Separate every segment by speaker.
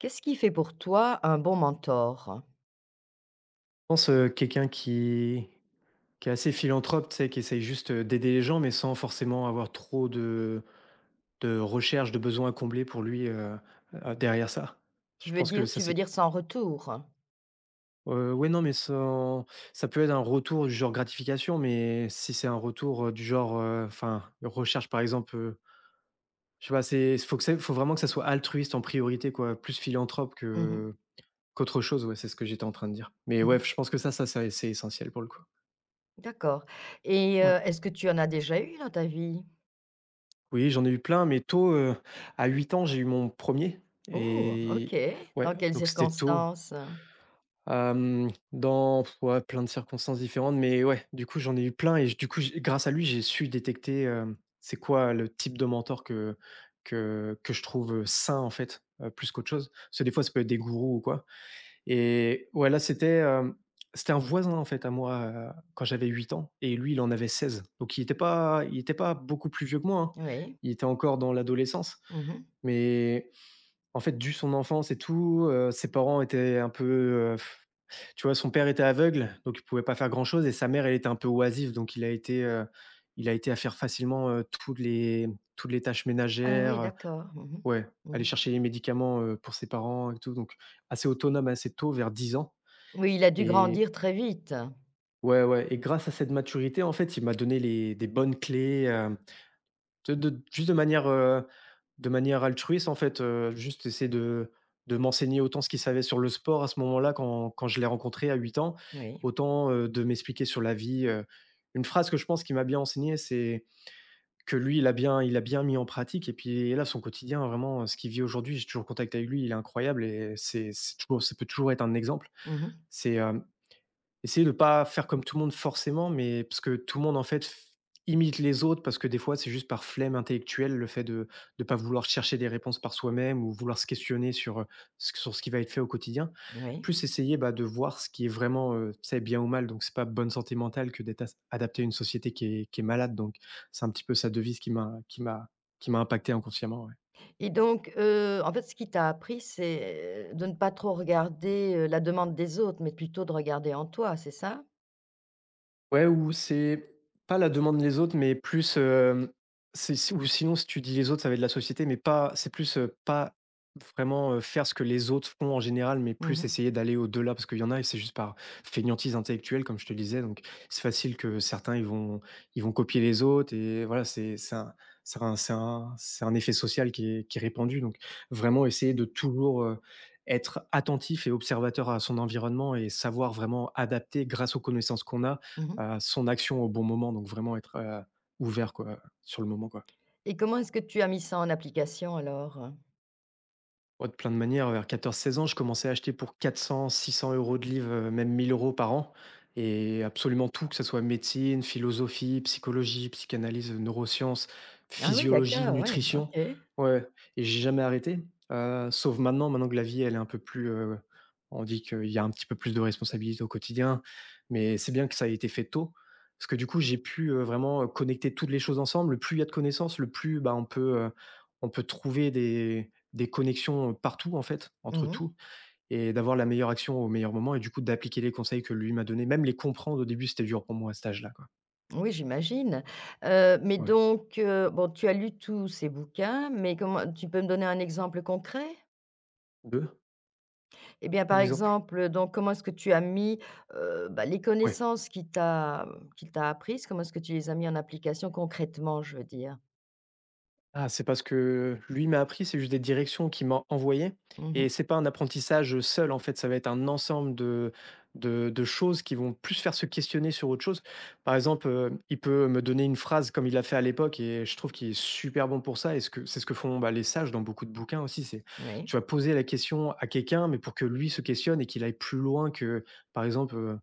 Speaker 1: Qu'est-ce qui fait pour toi un bon mentor?
Speaker 2: Pense, quelqu'un qui est assez philanthrope, tu sais, qui essaye juste, d'aider les gens, mais sans forcément avoir trop de recherches, de besoins à combler pour lui, derrière ça.
Speaker 1: Tu
Speaker 2: Je
Speaker 1: veux
Speaker 2: pense que
Speaker 1: dire
Speaker 2: ça
Speaker 1: tu veux
Speaker 2: c'est
Speaker 1: dire sans retour?
Speaker 2: heu, ouais, non, mais sans ça peut être un retour du genre gratification, mais si c'est un retour, du genre, enfin, recherche par exemple, je sais pas, c'est faut que c'est faut vraiment que ça soit altruiste en priorité quoi, plus philanthrope
Speaker 1: Mmh mh.
Speaker 2: que qu'autre chose, ouais, c'est ce que j'étais en train de dire. Mais ouais,
Speaker 1: Mmh.
Speaker 2: je pense que ça c'est essentiel pour le coup.
Speaker 1: D'accord. Et
Speaker 2: Ouais.
Speaker 1: est-ce que tu en as déjà eu dans ta vie?
Speaker 2: Oui, j'en ai eu plein, mais tôt, à 8 ans, j'ai eu mon premier
Speaker 1: Oh! OK.
Speaker 2: et ouais,
Speaker 1: Dans quelles
Speaker 2: donc c'était tôt.
Speaker 1: circonstances?
Speaker 2: Dans pff, ouais, plein de circonstances différentes, mais ouais, du coup, j'en ai eu plein et j du coup, j grâce à lui, j'ai su détecter, c'est quoi le type de mentor que je trouve, sain, en fait, plus qu'autre chose. Parce que des fois, ça peut être des gourous ou quoi, et ouais, là, c'était un voisin, en fait, à moi, quand j'avais 8 ans et lui, il en avait 16. Donc il était pas beaucoup plus vieux que moi, hein.
Speaker 1: Oui.
Speaker 2: Il était encore dans l'adolescence.
Speaker 1: Mmh.
Speaker 2: Mais en fait, dû son enfance et tout, ses parents étaient un peu, tu vois, son père était aveugle, donc il pouvait pas faire grand chose et sa mère, elle était un peu oisive, donc il a été à faire facilement, toutes les tâches
Speaker 1: Ah oui,
Speaker 2: ménagères,
Speaker 1: d'accord. Mmh
Speaker 2: ouais,
Speaker 1: mh.
Speaker 2: aller
Speaker 1: Mmh.
Speaker 2: chercher les médicaments, pour ses parents et tout, donc assez autonome assez tôt, vers 10 ans.
Speaker 1: Oui, il a dû
Speaker 2: Et
Speaker 1: grandir très vite.
Speaker 2: Ouais, ouais, et grâce à cette maturité, en fait, il m'a donné les des bonnes clés, de de juste de manière, heu, de manière altruiste, en fait, juste essayer de m'enseigner autant ce qu'il savait sur le sport à ce moment-là, quand je l'ai rencontré à 8 ans,
Speaker 1: Oui.
Speaker 2: autant, de m'expliquer sur la vie. Une phrase que je pense qu'il m'a bien enseignée, c'est que lui, il a bien mis en pratique et puis là, son quotidien vraiment, ce qu'il vit aujourd'hui, j'ai toujours contact avec lui, il est incroyable et c'est toujours ça peut toujours être un exemple.
Speaker 1: Mmh.
Speaker 2: C'est, hem Essayer de pas faire comme tout le monde forcément, mais parce que tout le monde en fait f imite les autres, parce que des fois, c'est juste par flemme intellectuelle, le fait de pas vouloir chercher des réponses par soi-même ou vouloir se questionner sur ce qui va être fait au quotidien.
Speaker 1: Oui
Speaker 2: Plus essayer, bah, de voir ce qui est vraiment, tu bien ou mal, donc c'est pas bonne santé mentale que d'être as adapté à une société qui est malade, donc c'est un petit peu sa devise qui m'a impacté inconsciemment, ouais.
Speaker 1: et donc en fait, ce qu'il t'a appris, c'est de ne pas trop regarder, la demande des autres, mais plutôt de regarder en toi, c'est ça?
Speaker 2: Ouais, ou c'est pas la demande les autres, mais plus, c'est si ou sinon si tu dis les autres, ça va être de la société, mais pas c'est plus, pas vraiment, faire ce que les autres font en général, mais
Speaker 1: Mmh
Speaker 2: plus
Speaker 1: mh.
Speaker 2: essayer d'aller au-delà. Parce qu'il y en a, et c'est juste par fainéantise intellectuelle, comme je te le disais, donc c'est facile que certains, ils vont copier les autres et voilà, c'est un effet social qui est répandu, donc vraiment essayer de toujours, être attentif et observateur à son environnement et savoir vraiment adapter grâce aux connaissances qu'on a,
Speaker 1: Mmh.
Speaker 2: son action au bon moment, donc vraiment être, ouvert quoi, sur le moment, quoi.
Speaker 1: Et comment est-ce que tu as mis ça en application alors?
Speaker 2: Ouais, de plein de manières, vers 14-16 ans, je commençais à acheter pour 400-600 euros de livres, même 1000 euros par an et absolument tout, que ça soit médecine, philosophie, psychologie, psychanalyse, neurosciences,
Speaker 1: Ah oui,
Speaker 2: physiologie,
Speaker 1: d'accord, ouais,
Speaker 2: nutrition.
Speaker 1: OK.
Speaker 2: Ouais, et j'ai jamais arrêté, sauf maintenant, maintenant que la vie, elle est un peu plus, on dit qu'il y a un petit peu plus de responsabilités au quotidien, mais c'est bien que ça ait été fait tôt parce que du coup, j'ai pu, vraiment, connecter toutes les choses ensemble. Le Plus il y a de connaissances, le plus, bah, on peut, trouver des connexions partout en fait, entre
Speaker 1: Mmh.
Speaker 2: tout et d'avoir la meilleure action au meilleur moment et du coup d'appliquer les conseils que lui m'a donnés, même les comprendre au début, c'était dur pour moi à cet âge-là, quoi.
Speaker 1: Oui, j'imagine. Mais
Speaker 2: Ouais.
Speaker 1: donc, bon, tu as lu tous ces bouquins, mais comment tu peux me donner un exemple concret?
Speaker 2: De?
Speaker 1: Eh bien,
Speaker 2: Un
Speaker 1: par
Speaker 2: exemple?
Speaker 1: exemple, donc comment est-ce que tu as mis, bah, les
Speaker 2: Ouais.
Speaker 1: connaissances qu'il t'a apprises, comment est-ce que tu les as mis en application concrètement, je veux dire?
Speaker 2: Ah, c'est parce que lui m'a appris, c'est juste des directions qu'il m'a envoyées
Speaker 1: Mmh.
Speaker 2: et c'est pas un apprentissage seul en fait, ça va être un ensemble de choses qui vont plus faire se questionner sur autre chose. Par exemple, il peut me donner une phrase comme il l'a fait à l'époque et je trouve qu'il est super bon pour ça et ce que font, bah, les sages dans beaucoup de bouquins aussi, c'est
Speaker 1: Oui.
Speaker 2: tu vas poser la question à quelqu'un mais pour que lui se questionne et qu'il aille plus loin que, par exemple, heu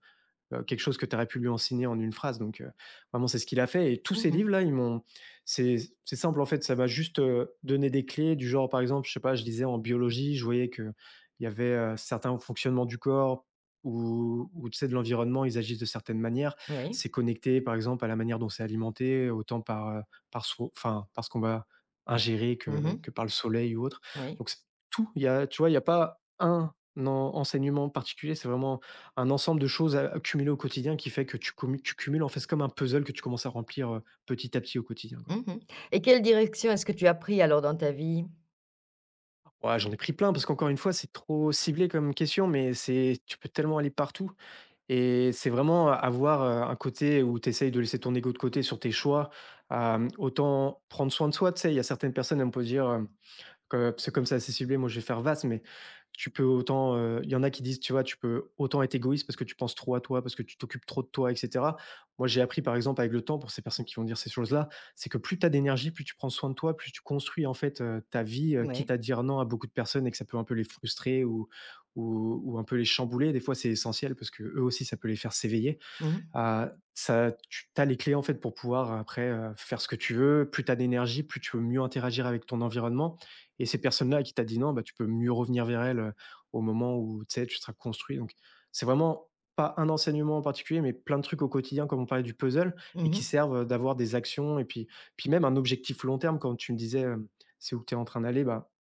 Speaker 2: heu, quelque chose que tu aurais pu lui enseigner en une phrase, donc vraiment c'est ce qu'il a fait et tous ces
Speaker 1: Mmh.
Speaker 2: livres-là, ils m'ont c'est c'est simple en fait, ça m'a juste, donné des clés du genre par exemple, je sais pas, je disais en biologie, je voyais que il y avait, certains fonctionnements du corps ou tu sais de l'environnement, ils agissent de certaines manières.
Speaker 1: Oui.
Speaker 2: C'est connecté par exemple à la manière dont c'est alimenté, autant par, par ce qu'on va ingérer que
Speaker 1: Mmh.
Speaker 2: que par le soleil ou autre,
Speaker 1: Oui.
Speaker 2: donc c'est tout, il y a tu vois, il y a pas un en enseignement particulier, c'est vraiment un ensemble de choses a accumulées au quotidien qui fait que tu cumules, en fait, c'est comme un puzzle que tu commences à remplir, petit à petit au quotidien, quoi.
Speaker 1: Mmh. Et quelle direction est-ce que tu as pris alors dans ta vie?
Speaker 2: Ouah, j'en ai pris plein parce qu'encore une fois, c'est trop ciblé comme question, mais c'est tu peux tellement aller partout et c'est vraiment avoir, un côté où tu essayes de laisser ton ego de côté sur tes choix, autant prendre soin de soi, tu sais? Il y a certaines personnes, elles me peuvent dire, parce que comme c'est assez ciblé, moi je vais faire vaste, mais tu peux autant, il y en a qui disent, tu vois, tu peux autant être égoïste parce que tu penses trop à toi, parce que tu t'occupes trop de toi et cetera. Moi, j'ai appris par exemple avec le temps pour ces personnes qui vont dire ces choses-là, c'est que plus tu as d'énergie, plus tu prends soin de toi, plus tu construis en fait, ta vie, quitte
Speaker 1: Oui.
Speaker 2: à dire non à beaucoup de personnes et que ça peut un peu les frustrer ou un peu les chambouler. Des fois, c'est essentiel parce que eux aussi, ça peut les faire s'éveiller.
Speaker 1: Mmh mh.
Speaker 2: Heu, ça tu as les clés, en fait, pour pouvoir après, faire ce que tu veux. Plus tu as d'énergie, plus tu peux mieux interagir avec ton environnement et ces personnes-là à qui t'as dit non, bah, tu peux mieux revenir vers elles, au moment où, tu sais, tu seras construit, donc c'est vraiment pas un enseignement en particulier, mais plein de trucs au quotidien, comme on parlait du puzzle et qui
Speaker 1: Mmh.
Speaker 2: servent, d'avoir des actions et puis même un objectif long terme. Quand tu me disais, c'est où tu es en train d'aller, bah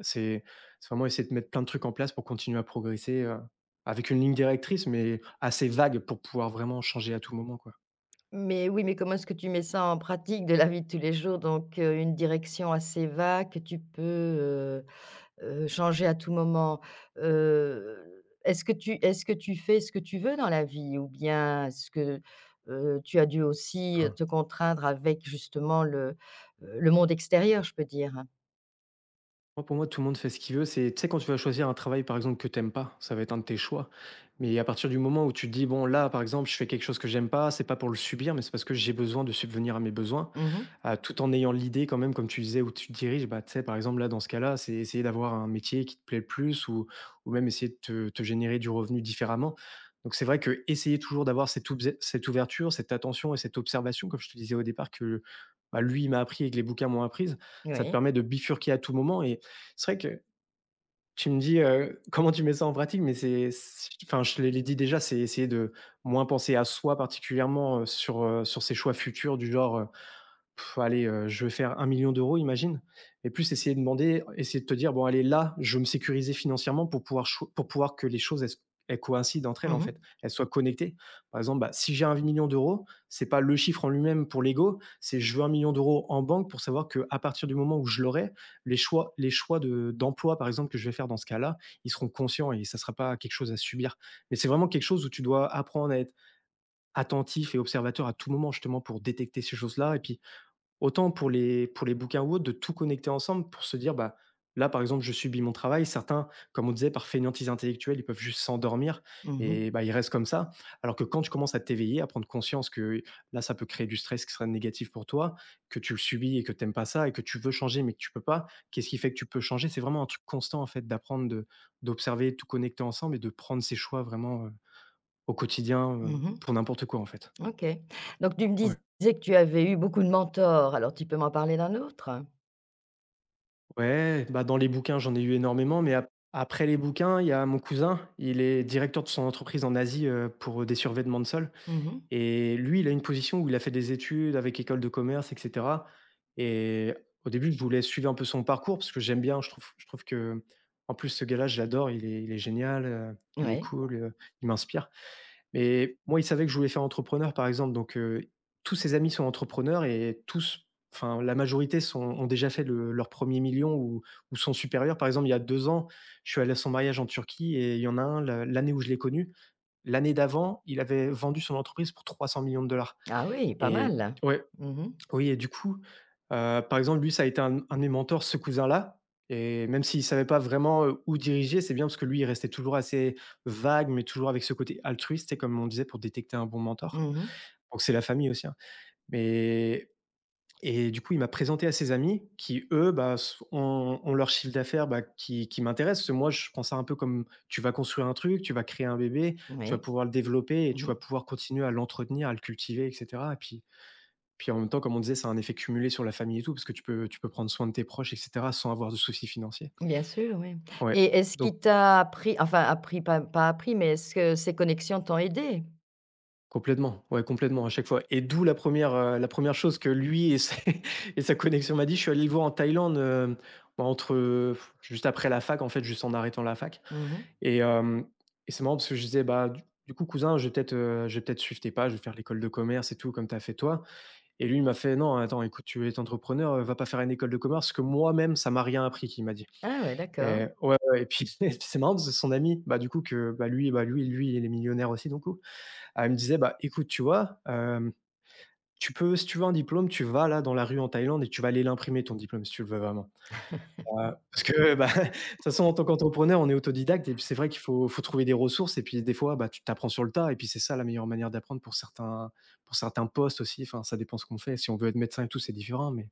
Speaker 2: c'est c'est vraiment essayer de mettre plein de trucs en place pour continuer à progresser, avec une ligne directrice, mais assez vague pour pouvoir vraiment changer à tout moment, quoi.
Speaker 1: Mais oui, mais comment est-ce que tu mets ça en pratique de la vie de tous les jours? Donc, une direction assez vague que tu peux, changer à tout moment. Est-ce que tu fais ce que tu veux dans la vie? Ou bien est-ce que, tu as dû aussi, te contraindre avec justement le monde extérieur, je peux dire?
Speaker 2: Moi, pour moi, tout le monde fait ce qu'il veut. C'est, tu sais, quand tu vas choisir un travail, par exemple, que t'aimes pas, ça va être un de tes choix. Mais à partir du moment où tu te dis, bon, là, par exemple, je fais quelque chose que j'aime pas, c'est pas pour le subir, mais c'est parce que j'ai besoin de subvenir à mes besoins,
Speaker 1: Mmh.
Speaker 2: tout en ayant l'idée, quand même, comme tu disais, où tu te diriges, bah, tu sais, par exemple, là, dans ce cas-là, c'est essayer d'avoir un métier qui te plaît le plus ou même essayer de te générer du revenu différemment. Donc, c'est vrai que essayer toujours d'avoir cette ouverture, cette attention et cette observation, comme je te disais au départ, que bah, lui, il m'a appris et que les bouquins m'ont apprise, ça te
Speaker 1: Oui.
Speaker 2: permet de bifurquer à tout moment. C'est vrai que tu me dis, comment tu mets ça en pratique, mais c'est s enfin, je te l'ai dit déjà, c'est essayer de moins penser à soi particulièrement, sur ses choix futurs du genre. Je vais faire 1 million d'euros, imagine, et plus essayer de demander, essayer de te dire: «Bon allez, là, je veux me sécuriser financièrement pour pouvoir cho pour pouvoir que les choses elles coïncident entre elles,
Speaker 1: Mmh
Speaker 2: en
Speaker 1: mh.
Speaker 2: fait, elles soient connectées». Par exemple, bah, si j'ai 1 million d'euros, c'est pas le chiffre en lui-même pour l'ego, c'est je veux 1 million d'euros en banque pour savoir que à partir du moment où je l'aurai, les choix de d'emploi, par exemple, que je vais faire dans ce cas-là, ils seront conscients et ça sera pas quelque chose à subir. Mais c'est vraiment quelque chose où tu dois apprendre à être attentif et observateur à tout moment, justement, pour détecter ces choses-là. Et puis autant pour les bouquins ou autres, de tout connecter ensemble pour se dire, bah, là, par exemple, je subis mon travail. Certains, comme on disait, par fainéantise intellectuelle, ils peuvent juste s'endormir
Speaker 1: Mmh.
Speaker 2: et bah, ils restent comme ça. Alors que quand tu commences à t'éveiller, à prendre conscience que là, ça peut créer du stress qui serait négatif pour toi, que tu le subis et que t'aimes pas ça et que tu veux changer mais que tu peux pas, qu'est-ce qui fait que tu peux changer? C'est vraiment un truc constant, en fait, d'apprendre, d'observer, de tout connecter ensemble et de prendre ses choix vraiment, au quotidien,
Speaker 1: Mmh.
Speaker 2: pour n'importe quoi, en fait.
Speaker 1: OK. Donc tu me
Speaker 2: Ouais.
Speaker 1: disais que tu avais eu beaucoup de mentors, alors tu peux m'en parler d'un autre?
Speaker 2: Ouais, bah, dans les bouquins, j'en ai eu énormément, mais ap après les bouquins, il y a mon cousin, il est directeur de son entreprise en Asie, pour des survêtements de sol,
Speaker 1: Mmh.
Speaker 2: et lui, il a une position où il a fait des études avec école de commerce et cetera. Et au début, je voulais suivre un peu son parcours parce que j'aime bien, je trouve que, en plus, ce gars-là, je l'adore, il est génial, il est
Speaker 1: Oui.
Speaker 2: cool, il m'inspire. Mais moi, il savait que je voulais faire entrepreneur, par exemple, donc tous ses amis sont entrepreneurs et tous, enfin, la majorité sont, ont déjà fait le leur premier million, ou sont supérieurs. Par exemple, il y a 2 ans, je suis allé à son mariage en Turquie et il y en a un, la l'année où je l'ai connu, l'année d'avant, il avait vendu son entreprise pour 300 millions de dollars.
Speaker 1: Ah oui, pas
Speaker 2: Et
Speaker 1: mal.
Speaker 2: ouais,
Speaker 1: Mmh mh.
Speaker 2: oui, et du coup, par exemple, lui, ça a été un de mes mentors, ce cousin-là. Et même s'il savait pas vraiment, où diriger, c'est bien parce que lui, il restait toujours assez vague, mais toujours avec ce côté altruiste, et comme on disait, pour détecter un bon mentor.
Speaker 1: Mmh mh.
Speaker 2: Donc c'est la famille aussi, hein, mais, et du coup, il m'a présenté à ses amis qui, eux, bah, s ont ont leur chiffre d'affaires, bah, qui m'intéresse parce que moi, je prends ça un peu comme tu vas construire un truc, tu vas créer un bébé, tu vas
Speaker 1: Oui.
Speaker 2: pouvoir le développer et
Speaker 1: Mmh
Speaker 2: tu
Speaker 1: mh.
Speaker 2: vas pouvoir continuer à l'entretenir, à le cultiver et cetera. Et puis puis en même temps, comme on disait, c'est un effet cumulé sur la famille et tout, parce que tu peux prendre soin de tes proches et cetera, sans avoir de soucis financiers.
Speaker 1: Bien sûr, oui.
Speaker 2: Ouais,
Speaker 1: Et est-ce
Speaker 2: donc
Speaker 1: qu'il t'a appris, enfin appris, pas appris, mais est-ce que ces connexions t'ont aidé?
Speaker 2: complètement, ouais, complètement à chaque fois, et d'où la première, re la première chose que lui et ses et sa connexion m'a dit. Je suis allé le voir en Thaïlande, bah, entre, juste après la fac en fait, juste en arrêtant la fac.
Speaker 1: Mmh mh.
Speaker 2: Et hem et c'est marrant parce que je disais: «Bah, du coup cousin, je vais peut-être suivre tes pas, je vais faire l'école de commerce et tout comme tu as fait toi». Et lui il m'a fait: «Non attends, écoute, tu es entrepreneur, va pas faire une école de commerce», ce que moi-même ça m'a rien appris, qu'il m'a dit.
Speaker 1: Ah ouais,
Speaker 2: Et
Speaker 1: d'accord.
Speaker 2: ouais, ouais, ouais, et puis et puis c'est marrant parce que son ami, bah, du coup que bah, lui il est millionnaire aussi donc coup, elle me disait: «Bah, écoute, tu vois, tu peux, si tu veux un diplôme, tu vas là dans la rue en Thaïlande et tu vas aller l'imprimer ton diplôme si tu le veux vraiment». Ouais, parce que, bah, de toute façon en tant qu'entrepreneur, on est autodidacte et puis c'est vrai qu'il faut trouver des ressources et puis des fois, bah, tu apprends sur le tas et puis c'est ça la meilleure manière d'apprendre pour certains, pour certains postes aussi, enfin ça dépend ce qu'on fait. Si on veut être médecin et tout, c'est différent mais…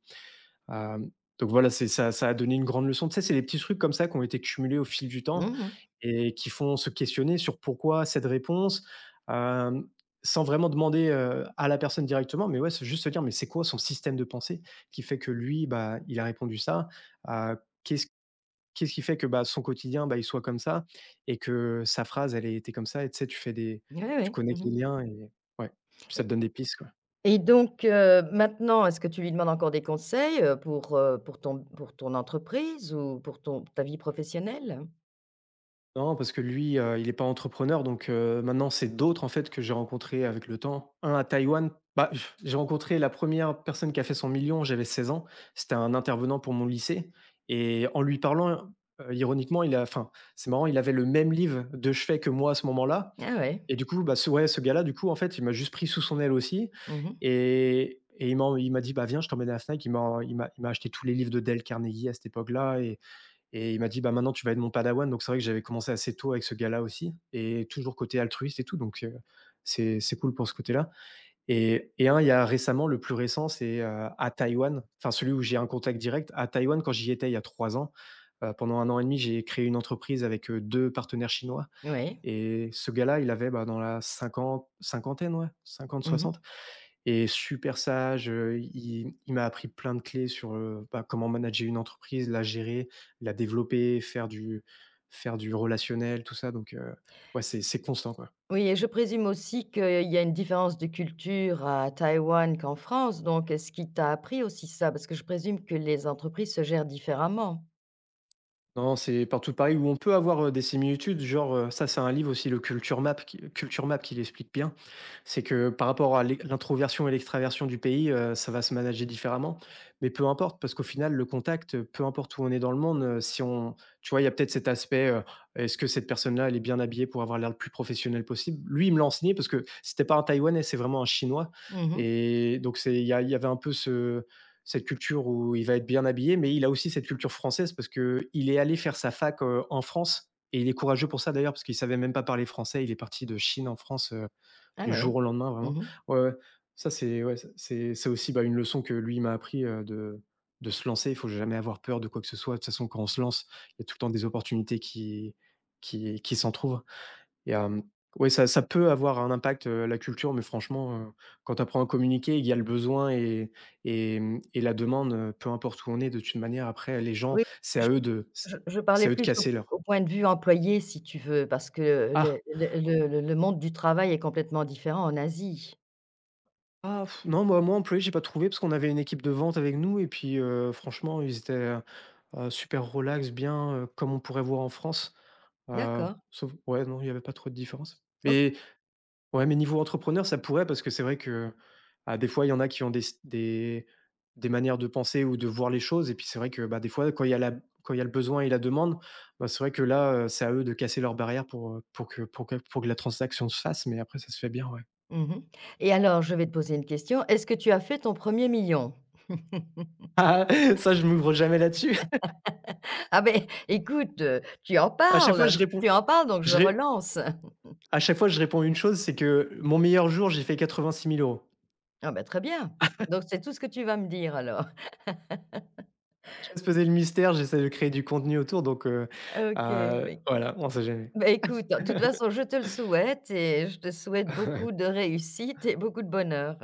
Speaker 2: Hem, donc voilà, c'est ça a donné une grande leçon. Tu sais, c'est des petits trucs comme ça qui ont été cumulés au fil du temps
Speaker 1: Mmh mh.
Speaker 2: et qui font se questionner sur pourquoi cette réponse, hem, sans vraiment demander, à la personne directement, mais ouais, c'est juste se dire: «Mais c'est quoi son système de pensée qui fait que lui, bah, il a répondu ça?» heu, qu'est-ce qu'est-ce qui fait que, bah, son quotidien, bah, il soit comme ça et que sa phrase, elle ait été comme ça? Et tu sais, tu fais des,
Speaker 1: Ouais,
Speaker 2: tu
Speaker 1: ouais.
Speaker 2: connectes
Speaker 1: Mmh mh.
Speaker 2: les liens et ouais, ça te
Speaker 1: Et
Speaker 2: donne des pistes, quoi.
Speaker 1: et donc, maintenant, est-ce que tu lui demandes encore des conseils, pour ton entreprise ou pour ton ta vie professionnelle?
Speaker 2: Non, parce que lui, il n'est pas entrepreneur donc maintenant c'est d'autres en fait que j'ai rencontrés avec le temps. Un à Taïwan, bah, pff, j'ai rencontré la première personne qui a fait son 1 000 000, j'avais 16 ans, c'était un intervenant pour mon lycée. Et en lui parlant, ironiquement, il a enfin, c'est marrant, il avait le même livre de chevet que moi à ce moment-là.
Speaker 1: Ah ouais.
Speaker 2: Et du coup, bah, ce ouais, ce gars-là, du coup, en fait, il m'a juste pris sous son aile aussi.
Speaker 1: Mmh mh.
Speaker 2: et et il m'a dit: «Bah, viens, je t'emmène à la Fnac». Il m'a acheté tous les livres de Dale Carnegie à cette époque-là. Et il m'a dit: «Bah, maintenant tu vas être mon padawan», donc c'est vrai que j'avais commencé assez tôt avec ce gars-là aussi et toujours côté altruiste et tout, donc c'est cool pour ce côté-là. Et il y a récemment, le plus récent, c'est, à Taïwan, enfin celui où j'ai un contact direct. À Taïwan, quand j'y étais il y a 3 ans, pendant 1 an et demi, j'ai créé une entreprise avec, 2 partenaires chinois.
Speaker 1: Oui.
Speaker 2: Et ce gars-là, il avait, bah, dans la cinquante cinquantaine, ouais, cinquante
Speaker 1: Mmh
Speaker 2: soixante,
Speaker 1: mh.
Speaker 2: et super sage, il m'a appris plein de clés sur, bah, comment manager une entreprise, la gérer, la développer, faire du relationnel, tout ça donc ouais, c'est constant, quoi.
Speaker 1: Oui et je présume aussi qu'il y a une différence de culture à Taïwan qu'en France, donc est-ce qu'il t'a appris aussi ça? Parce que je présume que les entreprises se gèrent différemment?
Speaker 2: Non, c'est partout pareil où on peut avoir, des similitudes, genre, ça c'est un livre aussi, le Culture Map qui l'explique bien. C'est que par rapport à l'introversion et l'extraversion du pays, ça va se manager différemment. Mais peu importe parce qu'au final le contact, peu importe où on est dans le monde, si on, tu vois, il y a peut-être cet aspect, est-ce que cette personne-là, elle est bien habillée pour avoir l'air le plus professionnel possible? Lui, il me l'a enseigné parce que c'était pas un Taïwanais, c'est vraiment un Chinois.
Speaker 1: Mmh.
Speaker 2: Et donc c'est il y a il y avait un peu ce cette culture où il va être bien habillé, mais il a aussi cette culture française parce que il est allé faire sa fac en France. Et il est courageux pour ça d'ailleurs, parce qu'il savait même pas parler français. Il est parti de Chine en France,
Speaker 1: Ah
Speaker 2: du
Speaker 1: ouais.
Speaker 2: jour au lendemain, vraiment.
Speaker 1: Mmh.
Speaker 2: Ouais, ouais. Ça, c'est ouais, c'est aussi bah, une leçon que lui m'a appris, de se lancer. Il faut jamais avoir peur de quoi que ce soit. De toute façon, quand on se lance, il y a tout le temps des opportunités qui s'en trouvent. Il y mmh, ouais, ça ça peut avoir un impact, la culture, mais franchement, quand tu apprends à communiquer, il y a le besoin et et la demande, peu importe où on est, de toute manière, après, les gens,
Speaker 1: Oui,
Speaker 2: c'est à
Speaker 1: je
Speaker 2: eux de,
Speaker 1: je
Speaker 2: c'est
Speaker 1: parlais
Speaker 2: à eux de
Speaker 1: plus au
Speaker 2: casser leur:
Speaker 1: au point de vue employé si tu veux, parce que
Speaker 2: «Ah!
Speaker 1: le monde du travail est complètement différent en Asie.
Speaker 2: Ah pff, non, moi, employé, j'ai pas trouvé parce qu'on avait une équipe de vente avec nous et puis, franchement, ils étaient, super relax, bien, comme on pourrait voir en France».
Speaker 1: D'accord.
Speaker 2: Sauf ouais, non, il y avait pas trop de différence.
Speaker 1: O
Speaker 2: Mais, ouais, mais niveau entrepreneur, ça pourrait parce que c'est vrai que, ah, des fois, il y en a qui ont des manières de penser ou de voir les choses et puis c'est vrai que, bah, des fois, quand il y a la, quand il y a le besoin et la demande, bah, c'est vrai que là, c'est à eux de casser leurs barrières pour, pour que la transaction se fasse, mais après ça se fait bien, ouais.
Speaker 1: mmh et alors je vais te poser une question, est-ce que tu as fait ton premier million?
Speaker 2: Ah, ça, je m'ouvre jamais là-dessus.
Speaker 1: Ah ben, écoute, tu en
Speaker 2: À chaque
Speaker 1: parles,
Speaker 2: fois, je
Speaker 1: hein,
Speaker 2: réponds
Speaker 1: tu en parles donc je
Speaker 2: je ré
Speaker 1: relance.
Speaker 2: à chaque fois, je réponds une chose, c'est que mon meilleur jour, j'ai fait 86 000 euros.
Speaker 1: Ah ben, très bien. Donc c'est tout ce que tu vas me dire alors.
Speaker 2: Je laisse poser le mystère, j'essaie de créer du contenu autour donc
Speaker 1: OK.
Speaker 2: heu,
Speaker 1: Ben
Speaker 2: voilà, on sait jamais.
Speaker 1: bah, écoute, de toute façon, je te le souhaite et je te souhaite beaucoup de réussite et beaucoup de bonheur.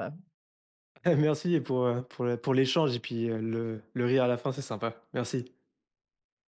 Speaker 2: Merci pour l'échange et puis, le rire à la fin, c'est sympa. Merci.